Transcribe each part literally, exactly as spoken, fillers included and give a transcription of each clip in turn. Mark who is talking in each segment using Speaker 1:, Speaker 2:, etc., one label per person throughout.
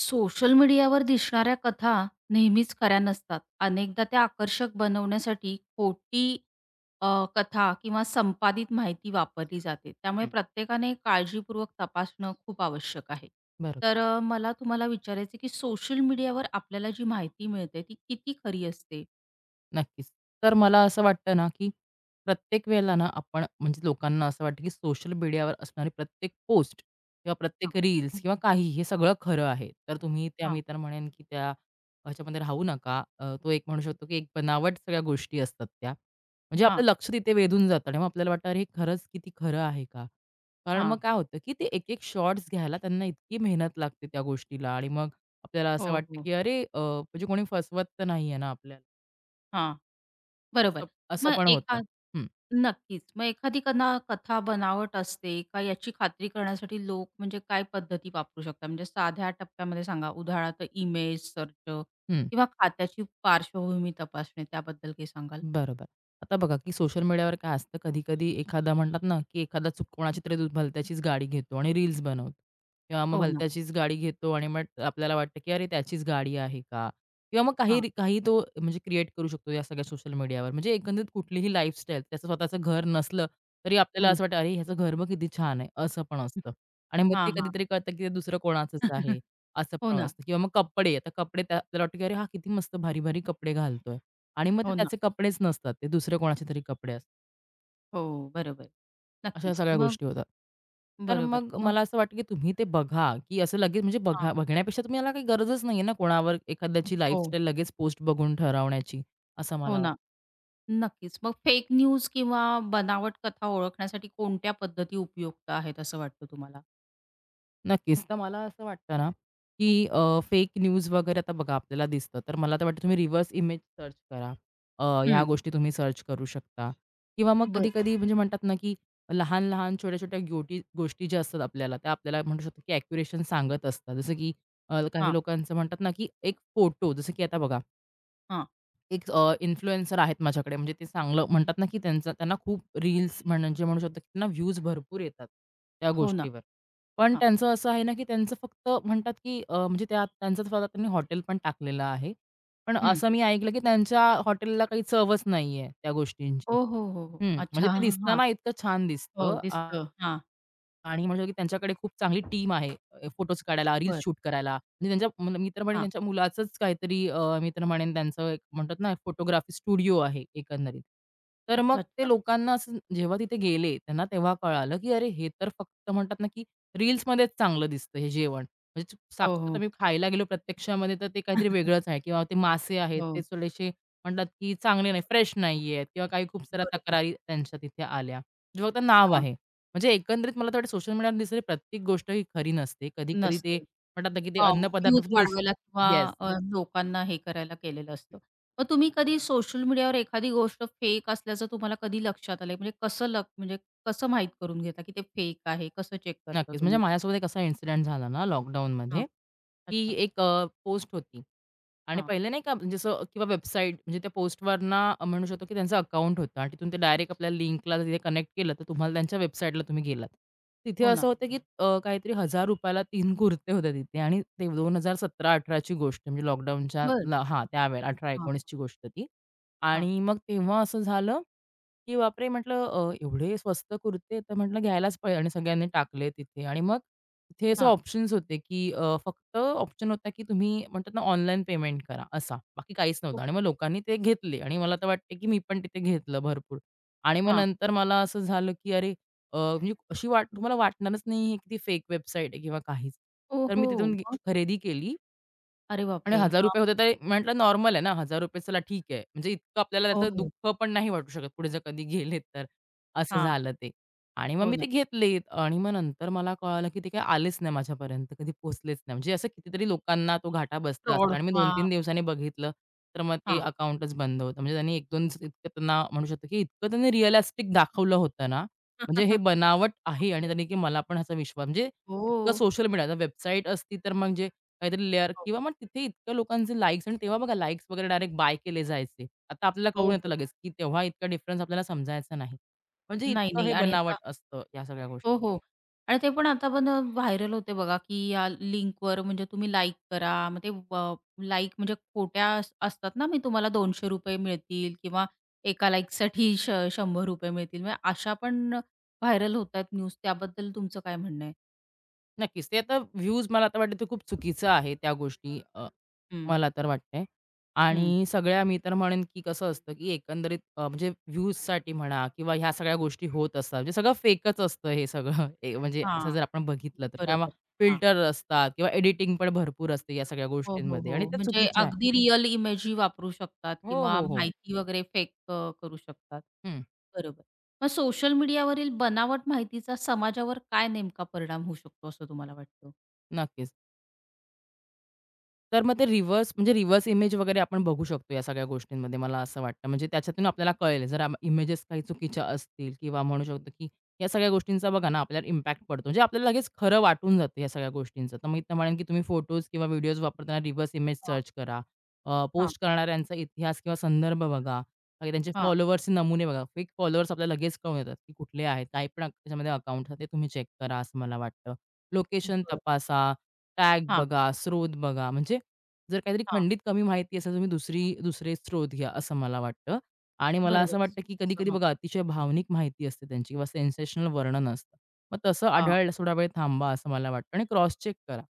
Speaker 1: Social मीडियावर दिसणाऱ्या कथा नेहमीच खऱ्या नसतात. अनेकदा त्या आकर्षक बनवण्यासाठी खोटी अ, कथा किंवा संपादित माहिती वापरली जाते. त्यामुळे
Speaker 2: हं.
Speaker 1: प्रत्येकाने काळजीपूर्वक तपासणं खूप आवश्यक आहे.
Speaker 2: बरोबर.
Speaker 1: तर अ, मला तुम्हाला विचारायचं आहे, की सोशल मीडियावर आपल्याला जी माहिती मिळते ती किती खरी असते?
Speaker 2: नक्कीच. तर मला असं वाटतं ना, की प्रत्येक वेळेला ना, आपण म्हणजे लोकांना असं वाटतं, की सोशल मीडियावर असणारी प्रत्येक पोस्ट किंवा
Speaker 1: हां,
Speaker 2: प्रत्येक रील्स किंवा काही हे सगळं खरं आहे. तर तुम्ही त्या
Speaker 1: हां,
Speaker 2: मी तर म्हणेन, की त्या ह्याच्यामध्ये राहू नका. अ, तो एक म्हणू शकतो, की एक बनावट सगळ्या गोष्टी असतात त्या. म्हणजे
Speaker 1: हां,
Speaker 2: आपलं लक्ष तिथे वेधून जातं आणि मग आपल्याला वाटतं, "अरे, हे खरंच किती खरं आहे का?" कारण
Speaker 1: हां.
Speaker 2: मग काय होतं, की ते एक-एक शॉट्स घ्यायला त्यांना इतकी मेहनत लागते त्या गोष्टीला आणि मग आपल्याला असं
Speaker 1: हो,
Speaker 2: वाटतं,
Speaker 1: हो.
Speaker 2: की "अरे, अ, म्हणजे कोणी फसवत तर नाहीये ना आपल्याला?"
Speaker 1: हां, बरोबर.
Speaker 2: असं असं
Speaker 1: मग
Speaker 2: पण
Speaker 1: एखा
Speaker 2: होतं. हं,
Speaker 1: नक्कीच. मग एखादी कना कथा बनावट असते का याची खात्री करण्यासाठी लोक म्हणजे काय पद्धती वापरू शकतात? म्हणजे साध्या टप्प्यामध्ये सांगा. उदाहरणार्थ इमेज सर्च
Speaker 2: हं.
Speaker 1: किंवा खात्याची पार्श्वभूमी तपासणे त्याबद्दल काही सांगाल?
Speaker 2: बरोबर. आता बघा, की सोशल मीडियावर काय असतं, कधी-कधी एखादा म्हणतात ना, की एखादा चुक कोणाची तरी दु- भलत्याचीच गाडी घेतो आणि रील्स बनवतो किंवा मग
Speaker 1: हो ना.
Speaker 2: भलत्याचीच गाडी घेतो आणि मग आपल्याला वाटतं, की "अरे, त्याचीच गाडी आहे का?" किंवा मग काही
Speaker 1: हां.
Speaker 2: री काही तो म्हणजे क्रिएट करू शकतो या सगळ्या सोशल मीडियावर. म्हणजे एकंदरीत कुठलीही लाईफस्टाईल, त्याचं स्वतःचं घर नसलं तरी आपल्याला
Speaker 1: हं,
Speaker 2: असं वाटतं, "अरे, ह्याचं घर बघ किती छान आहे." असं पण
Speaker 1: हं.
Speaker 2: असतं. आणि मग
Speaker 1: हां,
Speaker 2: ते
Speaker 1: हां.
Speaker 2: कधीतरी कळतं, की ते दुसरं कोणाचंच आहे, असं
Speaker 1: हो
Speaker 2: पण
Speaker 1: ना,
Speaker 2: असतं. किंवा मग कपडे, आता कपडे त्या आपल्याला वाटतं, की "अरे, हा किती मस्त भारी-भारी कपडे घालतोय." आणि मग ते
Speaker 1: हो ना.
Speaker 2: त्याचे कपडेच नसतात. ते दुसरे कोणाचे तरी कपडे असतात.
Speaker 1: हो, बरोबर.
Speaker 2: अशा
Speaker 1: नक्कीच.
Speaker 2: सगळ्या
Speaker 1: मग
Speaker 2: गोष्टी होतात. तर
Speaker 1: बरोबर.
Speaker 2: मग
Speaker 1: मग
Speaker 2: मला असं वाटतं की तुम्ही ते बघा, की असं लगेच म्हणजे
Speaker 1: हां.
Speaker 2: बघा बघण्यापेक्षा तुम्ही याला काही गरजच नाहीये ना कोणावर एखाद्याची
Speaker 1: हो,
Speaker 2: लाईफस्टाईल लगेच पोस्ट बघून ठरवण्याची, असं
Speaker 1: हो
Speaker 2: मला वाटतं.
Speaker 1: ना. नक्कीच. मग फेक न्यूज किंवा बनावट कथा ओळखण्यासाठी कोणत्या पद्धती उपयुक्त आहेत असं वाटतं तुम्हाला?
Speaker 2: नक्कीच. तर मला असं वाटतं ना, की अ, फेक न्यूज वगैरे आता बघा आपल्याला दिसतं. तर मला तर वाटतं तुम्ही रिव्हर्स इमेज सर्च करा. अ, ह्या
Speaker 1: हं,
Speaker 2: गोष्टी तुम्ही सर्च करू शकता किंवा मग
Speaker 1: बरं.
Speaker 2: कधी-कधी म्हणजे म्हणतात ना, की लहान-लहान, छोट्या-छोट्या गोटी गोष्टी ज्या असतात आपल्याला, त्या आपल्याला म्हणू शकतो, की ॲक्युरेशन सांगत असतात. जसं की अ, काही
Speaker 1: हां,
Speaker 2: लोकांचं म्हणतात ना, की एक फोटो जसं की आता बघा
Speaker 1: हां.
Speaker 2: एक अ, इन्फ्लुएन्सर आहेत माझ्याकडे म्हणजे ते चांगलं म्हणतात ना, की त्यांचा त्यांना खूप रील्स म्हणजे म्हणू शकतो, की त्यांना व्ह्यूज भरपूर येतात त्या
Speaker 1: हो ना.
Speaker 2: गोष्टीवर. पण
Speaker 1: हां.
Speaker 2: त्यांचं असं आहे ना, की त्यांचं फक्त म्हणतात, की अ, म्हणजे त्या त्यांचं स्वतः त्यांनी हॉटेल पण टाकलेलं आहे. पण
Speaker 1: हं.
Speaker 2: असं मी ऐकलं, की त्यांच्या हॉटेलला काही चवच नाहीये त्या गोष्टींची.
Speaker 1: हो, हो, हो, हो.
Speaker 2: हं, म्हणजे
Speaker 1: अच्छा.
Speaker 2: ते
Speaker 1: हां, हां.
Speaker 2: दिसताना इतकं छान
Speaker 1: हो,
Speaker 2: दिसतं. आ
Speaker 1: दिसतं. हां,
Speaker 2: आणि म्हणू शकतो की त्यांच्याकडे खूप चांगली टीम आहे. अ, फोटोज काढायला, रील्स
Speaker 1: बरं.
Speaker 2: शूट करायला. म्हणजे त्यांच्या म मी तर म्हणेन
Speaker 1: हां.
Speaker 2: त्यांच्या मुलाचंच काहीतरी अ, मी तर म्हणेन त्यांचं एक म्हणतात ना फोटोग्राफी स्टुडिओ आहे एकंदरीत. तर मग
Speaker 1: अच्छा,
Speaker 2: ते
Speaker 1: अच्छा.
Speaker 2: लोकांना असं जेव्हा तिथे गेले, त्यांना तेव्हा कळालं, की अरे हे तर फक्त म्हणतात ना की रील्समध्येच चांगलं दिसतं हे जेवण. म्हणजे
Speaker 1: हो,
Speaker 2: साक्षात
Speaker 1: हो.
Speaker 2: आम्ही खायला गेलो प्रत्यक्षामध्ये तर ते काहीतरी वेगळंच आहे किंवा ते मासे आहेत ते
Speaker 1: हो,
Speaker 2: थोडेसे म्हणतात की चांगले नाही, फ्रेश नाहीयेत किंवा काही खूप साऱ्या
Speaker 1: बरोबर.
Speaker 2: तक्रारी त्यांच्या तिथे आल्या. जे फक्त नाव
Speaker 1: हां,
Speaker 2: आहे. म्हणजे एकंदरीत मला तर वाटतं सोशल मीडियावर दिसणारी प्रत्येक गोष्ट ही खरी नसते. कधी-कधी ते
Speaker 1: नसते.
Speaker 2: म्हणतात ना, की ते
Speaker 1: हां,
Speaker 2: अन्नपदार्थ
Speaker 1: व्ह्यूज
Speaker 2: दिस
Speaker 1: वाढवायला किंवा
Speaker 2: येस,
Speaker 1: अ, लोकांना हे करायला केलेलं असतं. मग तुम्ही कधी सोशल मीडियावर एखादी गोष्ट फेक असल्याचं तुम्हाला कधी लक्षात आलंय? म्हणजे कसं लक म्हणजे कसं माहीत करून घेता की ते फेक आहे? कसं चेक करता
Speaker 2: नक्कीच. म्हणजे
Speaker 1: तुम्ही?
Speaker 2: माझ्यासोबत एक असा इन्सिडेंट झाला ना
Speaker 1: हां,
Speaker 2: लॉकडाऊनमध्ये, की
Speaker 1: अच्छा.
Speaker 2: एक पोस्ट होती आणि
Speaker 1: हां,
Speaker 2: पहिले नाही का जसं किंवा वेबसाईट म्हणजे त्या पोस्टवरना अ, म्हणू शकतो की त्यांचं अकाउंट होतं आणि तिथून ते डायरेक्ट आपल्या लिंकला तिथे कनेक्ट केलं तर तुम्हाला त्यांच्या वेबसाईटला तुम्ही गेलात. तिथे
Speaker 1: हो
Speaker 2: असं
Speaker 1: ना.
Speaker 2: होतं की अ, काहीतरी ₹एक हजार रुपये ला तीन कुर्ते होते तिथे आणि ते 2017-अठरा ची गोष्ट म्हणजे लॉकडाऊनच्या
Speaker 1: बरं.
Speaker 2: ला हां, त्यावेळेला
Speaker 1: हां,
Speaker 2: अठरा-एकोणीस ची गोष्ट ती.
Speaker 1: हां,
Speaker 2: आणि मग तेव्हा असं झालं की बापरे! म्हटलं अ, एवढे स्वस्त कुर्ते, तर म्हटलं घ्यायलाच पाहिजे आणि सगळ्यांनी टाकले तिथे आणि मग तिथे असे
Speaker 1: हां.
Speaker 2: ऑप्शन्स होते, की अ, फक्त ऑप्शन होता, की तुम्ही म्हणतात ना ऑनलाईन पेमेंट करा असा. बाकी काहीच नव्हतं आणि
Speaker 1: ओके.
Speaker 2: मग लोकांनी ते घेतले आणि मला तर वाटते, की मी पण तिथे घेतलं भरपूर आणि मग
Speaker 1: हां.
Speaker 2: नंतर मला असं झालं, की अरे अ, म्हणजे अशी वाट तुम्हाला वाटणारच नाही, हे किती फेक वेबसाईट आहे किंवा काहीच.
Speaker 1: ओ
Speaker 2: तर मी
Speaker 1: हो.
Speaker 2: तिथून घे
Speaker 1: मग?
Speaker 2: खरेदी केली
Speaker 1: अरे
Speaker 2: आणि
Speaker 1: बापरे!
Speaker 2: ₹एक हजार रुपये होते
Speaker 1: हां.
Speaker 2: तर म्हटलं नॉर्मल आहे ना, ₹एक हजार रुपये चला ठीक आहे. म्हणजे इतकं आपल्याला
Speaker 1: हो,
Speaker 2: त्याचं
Speaker 1: हो.
Speaker 2: दुःख पण नाही वाटू शकत पुढे जर कधी गेले तर. असं
Speaker 1: हां.
Speaker 2: झालं ते. आणि मग
Speaker 1: हो
Speaker 2: मी
Speaker 1: ना.
Speaker 2: ते घेतलेत आणि मग नंतर मला कळालं, की ते काही आलेच नाही माझ्यापर्यंत. कधी पोहोचलेच नाही. म्हणजे असं कितीतरी लोकांना तो घाटा बसला
Speaker 1: फ्रॉड.
Speaker 2: असेल आणि मी
Speaker 1: हां,
Speaker 2: दोन-तीन दिवसांनी बघितलं, तर मग ते
Speaker 1: हां.
Speaker 2: अकाउंटच बंद होतं. म्हणजे त्यांनी एक-दोन इतकं त्यांना म्हणू शकतो, की इतकं त्यांनी रिअलिस्टिक दाखवलं होतं ना, म्हणजे हे बनावट आहे आणि
Speaker 1: बापरे!
Speaker 2: त्यांनी की मला पण ह्याचा विश्वास म्हणजे
Speaker 1: हो.
Speaker 2: इतकं सोशल मीडिया वेबसाईट असती तर मग जे काहीतरी लेयर
Speaker 1: हो,
Speaker 2: किंवा मग तिथे इतक्या लोकांचे लाइक्स आणि तेव्हा बघा लाइक्स वगैरे डायरेक्ट बाय केले जायचे. आता आपल्याला
Speaker 1: हो,
Speaker 2: कळून येतं
Speaker 1: हो.
Speaker 2: लगेच, की तेव्हा इतका डिफरन्स आपल्याला समजायचा नाही. म्हणजे
Speaker 1: नाही,
Speaker 2: इतकं
Speaker 1: नाही.
Speaker 2: हे
Speaker 1: आणि
Speaker 2: बनावट
Speaker 1: आता
Speaker 2: असतं या सगळ्या गोष्टी.
Speaker 1: हो, हो. आणि ते पण आता पण अ, व्हायरल होते बघा, की या लिंकवर म्हणजे तुम्ही लाइक करा. मग ते अ, लाइक म्हणजे खोट्या अस असतात ना, मी तुम्हाला ₹दोनशे रुपये मिळतील किंवा एका लाइकसाठी श ₹शंभर रुपये मिळतील. म्हणजे अशा पण व्हायरल होत आहेत न्यूज. त्याबद्दल तुमचं काय म्हणणं आहे?
Speaker 2: नक्कीच ते आता व्ह्यूज मला आता वाटतं ते खूप चुकीचं आहे त्या गोष्टी
Speaker 1: हं,
Speaker 2: मला तर वाटतंय.
Speaker 1: हं.
Speaker 2: आणि सगळ्या मी तर म्हणेन, की कसं असतं, की एकंदरीत अ, म्हणजे व्ह्यूजसाठी म्हणा किंवा ह्या सगळ्या गोष्टी होत असतात. म्हणजे सगळं फेकच असतं हे सगळं. ए म्हणजे असं
Speaker 1: हां.
Speaker 2: जर आपण बघितलं तर किंवा
Speaker 1: बरोबर. हां.
Speaker 2: फिल्टर असतात किंवा एडिटिंग पण भरपूर असते या सगळ्या
Speaker 1: हो, हो,
Speaker 2: गोष्टींमध्ये आणि
Speaker 1: हो.
Speaker 2: त्या
Speaker 1: म्हणजे
Speaker 2: चुकीच्या आहे.
Speaker 1: अगदी रिअल इमेजी वापरू शकतात
Speaker 2: हो,
Speaker 1: किंवा
Speaker 2: हो, हो.
Speaker 1: माहिती वगैरे फेक करू शकतात.
Speaker 2: हं,
Speaker 1: बरोबर. मग सोशल मीडियावरील बनावट माहितीचा समाजावर काय नेमका परिणाम होऊ शकतो असं तुम्हाला वाटतं?
Speaker 2: नक्कीच. तर मग ते रिव्हर्स म्हणजे रिव्हर्स इमेज वगैरे आपण बघू शकतो या सगळ्या गोष्टींमध्ये मला असं वाटतं. म्हणजे त्याच्यातून आपल्याला कळेल जर आम इमेजेस काही चुकीच्या असतील किंवा म्हणू शकतो, की या सगळ्या गोष्टींचा बघा ना आपल्याला इम्पॅक्ट पडतो. म्हणजे आपल्याला लगेच खरं वाटून जातं या सगळ्या गोष्टींचं. तर मी तर म्हणेन, की तुम्ही फोटोज किंवा व्हिडिओज वापरताना रिव्हर्स इमेज
Speaker 1: हां,
Speaker 2: सर्च करा.
Speaker 1: हां,
Speaker 2: पोस्ट करणाऱ्यांचा इतिहास किंवा संदर्भ बघा. बाकी त्यांचे
Speaker 1: हां.
Speaker 2: फॉलोअर्सचे नमुने बघा. फेक फॉलोअर्स आपल्याला लगेच कळून येतात, की कुठले आहेत. काही पण त्याच्यामध्ये अकाउंट ते तुम्ही चेक करा असं मला वाटतं. लोकेशन
Speaker 1: बरं.
Speaker 2: तपासा, टॅग
Speaker 1: हां,
Speaker 2: बघा, स्रोत बघा. म्हणजे जर काहीतरी
Speaker 1: हां.
Speaker 2: खंडित कमी माहिती असेल, तुम्ही दुसरी दुसरे स्रोत घ्या, असं मला वाटतं. आणि मला
Speaker 1: बरोबर.
Speaker 2: असं वाटतं, की कधी-कधी
Speaker 1: हां,
Speaker 2: बघा अतिशय भावनिक माहिती असते त्यांची किंवा सेन्सेशनल वर्णन असतं. मग तसं
Speaker 1: हां.
Speaker 2: आढळल्यास थोडा वेळ थांबा, असं मला वाटतं आणि क्रॉस चेक करा.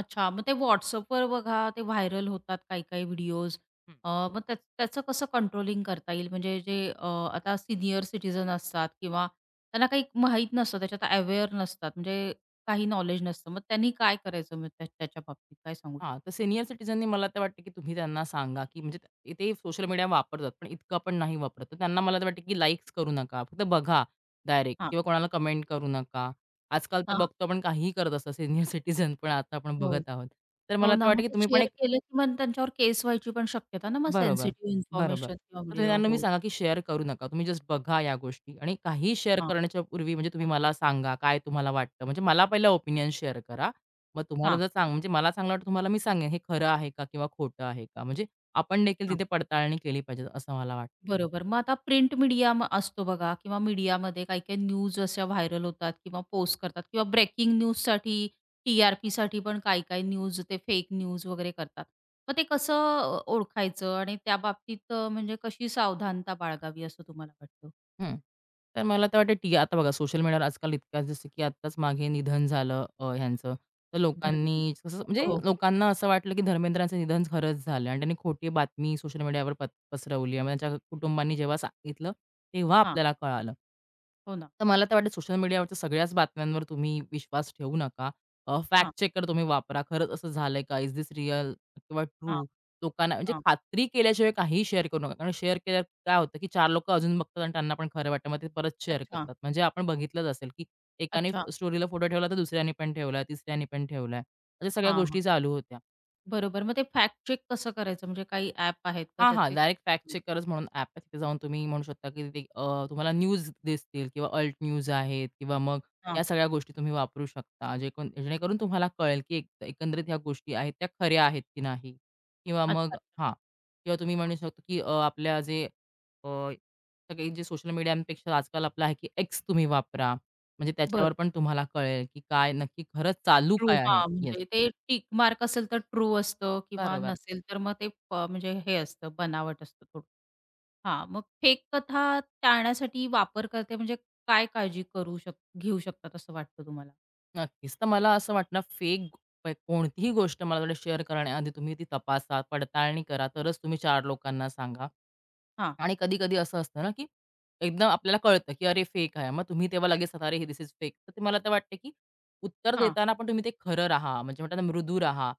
Speaker 1: अच्छा, मग ते WhatsAppवर बघा, ते व्हायरल होतात काही-काही व्हिडिओज.
Speaker 2: हं.
Speaker 1: अ, मग त्या त्याचं कसं कंट्रोलिंग करता येईल? म्हणजे जे अ, आता सीनियर सिटिझन असतात किंवा त्यांना काही माहीत नसतं, त्याच्यात अवेअर नसतात, म्हणजे काही नॉलेज नसतं. मग त्यांनी काय करायचं मग त्या त्याच्या बाबतीत काय सांगू
Speaker 2: हां,
Speaker 1: शकता?
Speaker 2: तर सीनियर सिटीझननी मला तर वाटतं, की तुम्ही त्यांना सांगा, की म्हणजे ते ते सोशल मीडिया वापरतात, पण इतकं पण नाही वापरत. तर त्यांना मला तर वाटतं, की लाईक्स करू नका. फक्त बघा डायरेक्ट
Speaker 1: हां,
Speaker 2: किंवा कोणाला कमेंट करू नका. आजकाल तर
Speaker 1: हां.
Speaker 2: बघतो आपण काहीही करत असतो, सीनियर सिटीझन पण आता आपण
Speaker 1: हो.
Speaker 2: बघत आहोत. तर
Speaker 1: हो
Speaker 2: मला तर
Speaker 1: ना,
Speaker 2: वाटतं,
Speaker 1: मग
Speaker 2: की
Speaker 1: ते
Speaker 2: तुम्ही पण
Speaker 1: शेअर
Speaker 2: एक
Speaker 1: केलं की मग त्यांच्यावर केस व्हायची पण शक्यता ना, मग
Speaker 2: बरोबर,
Speaker 1: सेन्सिटिव्ह
Speaker 2: बरोबर.
Speaker 1: इन्फॉर्मेशन किंवा
Speaker 2: तर तुम्ही
Speaker 1: व्हिडिओ.
Speaker 2: त्यांना तुम्ही
Speaker 1: हो.
Speaker 2: सांगा, की शेअर करू नका. तुम्ही जस्ट बघा या गोष्टी आणि काहीही शेअर करण्याच्या पूर्वी म्हणजे तुम्ही मला सांगा, काय तुम्हाला वाटतं? म्हणजे मला पहिला ओपिनियन शेअर करा. मग तुम्हाला
Speaker 1: हां,
Speaker 2: जर चांग म्हणजे मला चांगलं वाटतं तुम्हाला मी सांगेन, हे खरं आहे का किंवा खोटं आहे का? म्हणजे आपण देखील
Speaker 1: हां.
Speaker 2: तिथे पडताळणी केली पाहिजे, असं मला वाटतं.
Speaker 1: बरोबर. मग आता प्रिंट मीडिया म असतो बघा किंवा मीडियामध्ये काही-काही न्यूज अशा व्हायरल होतात किंवा पोस्ट करतात किंवा ब्रेकिंग न्यूजसाठी, टी-आर-पीसाठी पण काही-काही न्यूज ते फेक न्यूज वगैरे करतात. मग ते कसं अ, ओळखायचं आणि त्या बाबतीत अ, म्हणजे कशी सावधानता बाळगावी असं तुम्हाला वाटतं?
Speaker 2: हं. तर मला तर वाटतं टी आता बघा सोशल मीडियावर आजकाल इतका जसं की आत्ताच मागे निधन झालं अ, ह्यांचं. तर
Speaker 1: धर्मेंद्र.
Speaker 2: लोकांनी कसं म्हणजे
Speaker 1: हो.
Speaker 2: लोकांना
Speaker 1: हां,
Speaker 2: असं वाटलं की धर्मेंद्रांचं निधन खरंच झालं आणि त्यांनी खोटी बातमी सोशल मीडियावर पत पसरवली आणि त्यांच्या कुटुंबांनी जेव्हा सांगितलं, तेव्हा आपल्याला कळालं.
Speaker 1: हो ना.
Speaker 2: तर मला तर वाटतं सोशल मीडियावरच्या सगळ्याच बातम्यांवर तुम्ही विश्वास ठेवू नका. अ,
Speaker 1: हां,
Speaker 2: फॅक्ट चेकर तुम्ही वापरा. खरंच असं झालंय का? इज दिस रिअल किंवा
Speaker 1: हां,
Speaker 2: ट्रू? लोकांना म्हणजे
Speaker 1: हां.
Speaker 2: खात्री केल्याशिवाय काहीही शेअर करू नका. कारण शेअर केल्यावर काय होतं, की चार लोकं अजून बघतात आणि त्यांना पण खरं वाटतं. मग ते परत शेअर
Speaker 1: अच्छा,
Speaker 2: करतात. म्हणजे आपण बघितलंच असेल, की एकाने
Speaker 1: अच्छा.
Speaker 2: स्टोरीला फोटो ठेवला, तर दुसऱ्याने पण ठेवला, तिसऱ्याने पण ठेवलाय. अशा सगळ्या
Speaker 1: हां, हां.
Speaker 2: गोष्टी चालू होत्या.
Speaker 1: बरोबर. मग ते फॅक्ट चेक कसं करायचं म्हणजे काही ॲप आहेत का
Speaker 2: हां, हां.
Speaker 1: त्याचे?
Speaker 2: डायरेक्ट फॅक्ट चेकर्स म्हणून ॲप आहे. तिथे जाऊन तुम्ही म्हणू शकता, की तिथे अ, तुम्हाला न्यूज दिसतील किंवा अल्ट न्यूज आहेत किंवा मग
Speaker 1: हां.
Speaker 2: या सगळ्या गोष्टी तुम्ही वापरू शकता. जे कोण जेणेकरून तुम्हाला कळेल, की एक एकंदरीत ह्या गोष्टी आहेत त्या खऱ्या आहेत की नाही किंवा
Speaker 1: अच्छा,
Speaker 2: मग
Speaker 1: अच्छा.
Speaker 2: हां. किंवा तुम्ही म्हणू शकता, की अ, आपल्या जे अ, सगळे जे सोशल मीडियापेक्षा आजकाल आपलं आहे, की X तुम्ही वापरा. म्हणजे त्याच्यावर पण तुम्हाला कळेल, की काय नक्की खरंच चालू
Speaker 1: ट्रू.
Speaker 2: काय आहे?
Speaker 1: हां,
Speaker 2: येस.
Speaker 1: म्हणजे ते टिक मार्क असेल तर ट्रू असतं किंवा
Speaker 2: बरोबर.
Speaker 1: नसेल तर मग ते प म्हणजे हे असतं, बनावट असतं थोडं. हां, मग फेक कथा टाळण्यासाठी वापरकर्ते म्हणजे काय काळजी करू शक घेऊ शकतात असं वाटतं तुम्हाला?
Speaker 2: नक्कीच. तर मला असं वाटतं फेक प कोणतीही गोष्ट मला वाटतं शेअर करण्याआधी तुम्ही ती तपासा, पडताळणी करा, तरच तुम्ही चार लोकांना सांगा.
Speaker 1: हां,
Speaker 2: आणि कधी-कधी असं असतं ना, की एकदम आपल्याला कळतं, की अरे फेक आहे. मग तुम्ही तेव्हा लगेच सांगता, "अरे हे, धिस इज फेक." तर ते मला तर वाटतं, की उत्तर
Speaker 1: हां.
Speaker 2: देताना पण तुम्ही ते खरं राहा, म्हणजे म्हणतात ना मृदू राहा.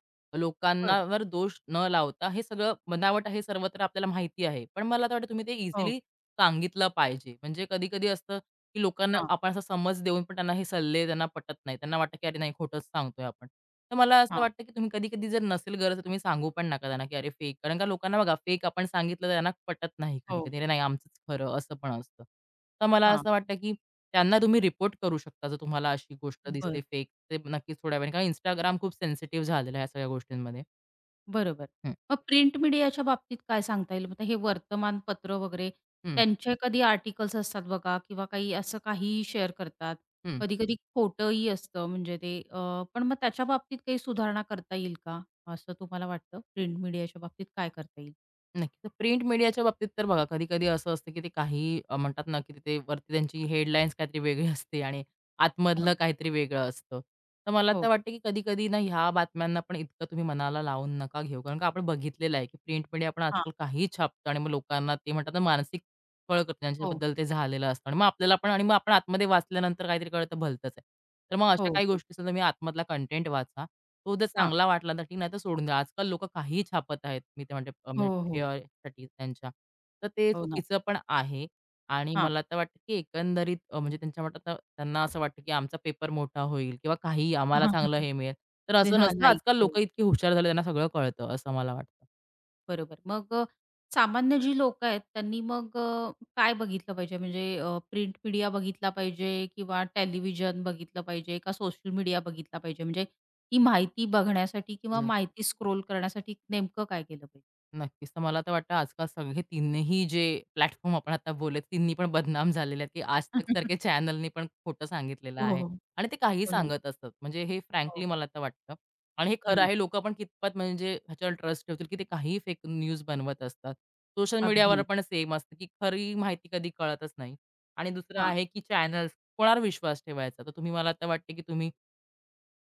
Speaker 1: बरं.
Speaker 2: लोकांनावर दोष न लावता हे सगळं बनावट आहे सर्वत्र आपल्याला माहिती आहे. पण मला तर वाटतं तुम्ही ते
Speaker 1: हो.
Speaker 2: इझिली सांगितलं पाहिजे. म्हणजे कधी-कधी असतं की लोकांना
Speaker 1: हां,
Speaker 2: आपण असा समज देऊन पण त्यांना हे सल्ले त्यांना पटत नाही. त्यांना वाटतं की "अरे नाही, खोटंच सांगतोय आपण." तर मला असं
Speaker 1: हां.
Speaker 2: वाटतं की तुम्ही कधी-कधी जर नसेल गरज तर तुम्ही सांगू पण नका त्यांना की "अरे फेक." कारण का लोकांना बघा फेक आपण सांगितलं तर त्यांना पटत नाही
Speaker 1: हो.
Speaker 2: कधी-कधी. "अरे नाही, आमचंच खरं." असं पण असतं. तर मला
Speaker 1: हां.
Speaker 2: असं वाटतं की त्यांना तुम्ही रिपोर्ट करू शकता जर तुम्हाला अशी गोष्ट दिसली
Speaker 1: बरं.
Speaker 2: फेक. ते नक्कीच थोड्या वेळाने कारण Instagram खूप सेन्सिटिव्ह झालेलं आहे या सगळ्या गोष्टींमध्ये.
Speaker 1: बरोबर.
Speaker 2: हं,
Speaker 1: मग प्रिंट मीडियाच्या बाबतीत काय सांगता येईल? मग हे वर्तमानपत्र वगैरे
Speaker 2: हं,
Speaker 1: त्यांचे कधी आर्टिकल्स असतात बघा किंवा काही असं काहीही शेअर करतात.
Speaker 2: हं.
Speaker 1: कधी-कधी खोटंही असतं म्हणजे ते अ, पण मग त्याच्या बाबतीत काही सुधारणा करता येईल का? असं तुम्हाला वाटतं? प्रिंट मीडियाच्या बाबतीत काय करता येईल?
Speaker 2: नक्की. प्रिंट मीडियाच्या बाबतीत तर बघा, कधी-कधी असं असतं, की ते काही अ, म्हणतात ना, की तिथे वरती त्यांची हेडलाईन्स काहीतरी वेगळी असते आणि
Speaker 1: हां.
Speaker 2: आतमधलं काहीतरी वेगळं असतं. तर मला तर
Speaker 1: हो.
Speaker 2: वाटतं, की कधी-कधी ना, ह्या बातम्यांना पण इतकं तुम्ही मनाला लावून नका घेऊ. कारण का आपण बघितलेलं आहे, की प्रिंट मीडिया आपण
Speaker 1: हां.
Speaker 2: आजकाल काहीही छापतो आणि मग लोकांना ते म्हणतात ना, मानसिक कळतं
Speaker 1: हो.
Speaker 2: त्यांच्याबद्दल ते झालेलं असतं आणि मग आपल्याला पण आणि मग आपण आतमध्ये वाचल्यानंतर काहीतरी कळतं भलतंच आहे. तर मग
Speaker 1: हो,
Speaker 2: अशा काही
Speaker 1: हो.
Speaker 2: गोष्टी तुम्ही आतमधला कंटेंट वाचा. तो जर
Speaker 1: हां.
Speaker 2: चांगला वाटला तर ठीक, नाहीतर सोडून द्या. आजकाल लोकं काहीही छापत आहेत. मी तर म्हणते अ,
Speaker 1: हो, हो.
Speaker 2: मीडियासाठी त्यांच्या. तर ते
Speaker 1: हो ना.
Speaker 2: चुकीचं पण आहे आणि
Speaker 1: हां.
Speaker 2: मला तर वाटतं की एकंदरीत अ, म्हणजे त्यांच्या म्हणतात ना त्यांना असं वाटतं की आमचा पेपर मोठा होईल किंवा काही
Speaker 1: हां,
Speaker 2: आम्हाला
Speaker 1: हां, हां,
Speaker 2: चांगलं हे मिळेल. तर असं
Speaker 1: हां.
Speaker 2: नसतं.
Speaker 1: हां,
Speaker 2: आजकाल
Speaker 1: हो.
Speaker 2: लोकं इतकी हुशार झाले त्यांना सगळं कळतं असं मला वाटतं.
Speaker 1: बरोबर. मग अ, सामान्य जी लोकं आहेत त्यांनी मग अ, काय बघितलं पाहिजे? म्हणजे प्रिंट मीडिया बघितला पाहिजे किंवा टेलिव्हिजन बघितलं पाहिजे का सोशल मीडिया बघितला पाहिजे? म्हणजे ही माहिती बघण्यासाठी किंवा माहिती स्क्रोल करण्यासाठी नेमकं काय केलं पाहिजे?
Speaker 2: नक्कीच. तर मला तर वाटतं आजकाल सगळे तिन्ही जे प्लॅटफॉर्म आपण आता बोलले, तिन्ही पण बदनाम झालेले आहेत, की आज तक सारख्या चॅनलनी पण खोटं सांगितलेलं
Speaker 1: हो,
Speaker 2: आहे
Speaker 1: हो.
Speaker 2: आणि ते काहीही
Speaker 1: हो ना.
Speaker 2: सांगत असतात. म्हणजे हे फ्रँकली
Speaker 1: हो.
Speaker 2: मला तर वाटतं आणि हे खरं
Speaker 1: हं.
Speaker 2: आहे. लोकं पण कितपत म्हणजे ह्याच्यावर ट्रस्ट ठेवतील, की ते काहीही फेक न्यूज बनवत असतात. सोशल मीडियावर
Speaker 1: अगदी.
Speaker 2: पण सेम असतं, की खरी माहिती कधी कळतच नाही आणि दुसरं
Speaker 1: हां,
Speaker 2: आहे, की चॅनल्स कोणावर विश्वास ठेवायचा? तर तुम्ही मला तर वाटते, की तुम्ही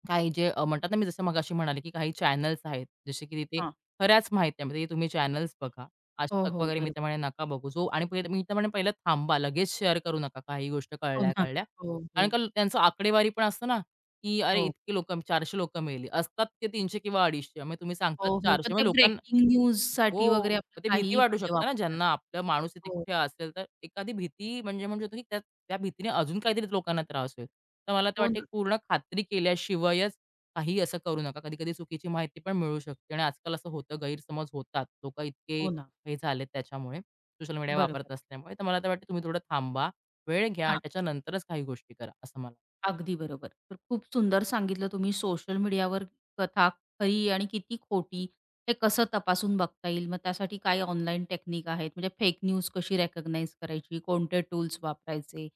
Speaker 2: काही जे अ, म्हणतात ना, मी जसं मगाशी म्हणाले, की काही चॅनल्स आहेत, जसे की तिथे
Speaker 1: हां.
Speaker 2: खऱ्याच माहित्यामध्ये तुम्ही चॅनल्स बघा.
Speaker 1: हो,
Speaker 2: आजतक
Speaker 1: हो.
Speaker 2: वगैरे मी
Speaker 1: बरोबर.
Speaker 2: तर म्हणेन नका बघू. जो आणि पहिले मी तर म्हणेन पहिलं थांबा, लगेच शेअर करू नका काही गोष्ट
Speaker 1: हो ना.
Speaker 2: कळल्या-कळल्या.
Speaker 1: हो,
Speaker 2: कारण
Speaker 1: हो.
Speaker 2: का त्यांचं आकडेवारी पण असतं ना, की अरे,
Speaker 1: हो.
Speaker 2: इतकी लोकं चारशे लोकं मेली. असतात ते तीनशे किंवा अडीचशे. मग तुम्ही सांगतात
Speaker 1: हो, हो. पण
Speaker 2: चारशे म्हणजे
Speaker 1: ते
Speaker 2: लोकां
Speaker 1: ब्रेकिंग न्यूजसाठी
Speaker 2: हो,
Speaker 1: वगैरे आपलं
Speaker 2: मग ते भीती
Speaker 1: काहीही
Speaker 2: वाटू
Speaker 1: म्हणजे
Speaker 2: शकते ना
Speaker 1: वापरतात.
Speaker 2: ज्यांना आपला माणूस तिथे
Speaker 1: हो.
Speaker 2: कुठे असेल तर एखादी भीती म्हणजे म्हणू शकतो की त्या त्या भीतीने अजून काहीतरी लोकांना त्रास होईल. तर मला तर
Speaker 1: हो
Speaker 2: वाटते
Speaker 1: ना.
Speaker 2: पूर्ण खात्री केल्याशिवायच काही असं करू नका. कधी-कधी चुकीची माहिती पण मिळू शकते आणि आजकाल असं होतं गैरसमज होतात. लोकं इतके
Speaker 1: हो ना.
Speaker 2: हे झालेत त्याच्यामुळे सोशल मीडिया
Speaker 1: बरोबर.
Speaker 2: वापरत असल्यामुळे. तर मला तर वाटतं तुम्ही थोडं थांबा, वेळ घ्या आणि त्याच्यानंतरच काही गोष्टी करा असं मला
Speaker 1: अगदी बरोबर. तर खूप सुंदर सांगितलं तुम्ही सोशल मीडियावर कथा खरी आणि किती खोटी हे कसं तपासून बघता येईल. मग त्यासाठी काय ऑनलाईन टेक्निक आहेत म्हणजे फेक न्यूज कशी रिकॉग्नाइज करायची, कोणते टूल्स वापरायचे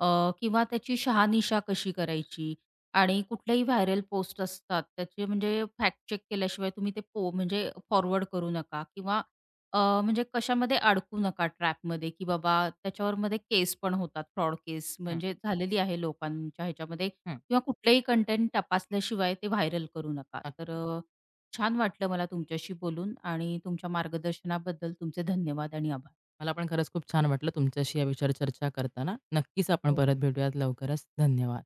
Speaker 1: अ, किंवा त्याची शहानिशा कशी करायची आणि कुठल्याही व्हायरल पोस्ट असतात त्याचे म्हणजे फॅक्ट चेक केल्याशिवाय तुम्ही ते पो म्हणजे फॉरवर्ड करू नका किंवा अ, म्हणजे कशामध्ये अडकू नका ट्रॅपमध्ये, की बाबा त्याच्यावरमध्ये केस पण होतात, फ्रॉड केस
Speaker 2: हं,
Speaker 1: म्हणजे झालेली आहे लोकांच्या ह्याच्यामध्ये
Speaker 2: हं.
Speaker 1: किंवा कुठलेही कंटेंट तपासल्याशिवाय ते व्हायरल करू नका.
Speaker 2: नक्की.
Speaker 1: तर अ, छान वाटलं मला तुमच्याशी बोलून आणि तुमच्या मार्गदर्शनाबद्दल तुमचे धन्यवाद आणि आभार.
Speaker 2: मला पण खरंच खूप छान वाटलं तुमच्याशी या विषयावर चर्चा करताना. नक्कीच आपण
Speaker 1: हो.
Speaker 2: परत भेटूयात लवकरच. धन्यवाद.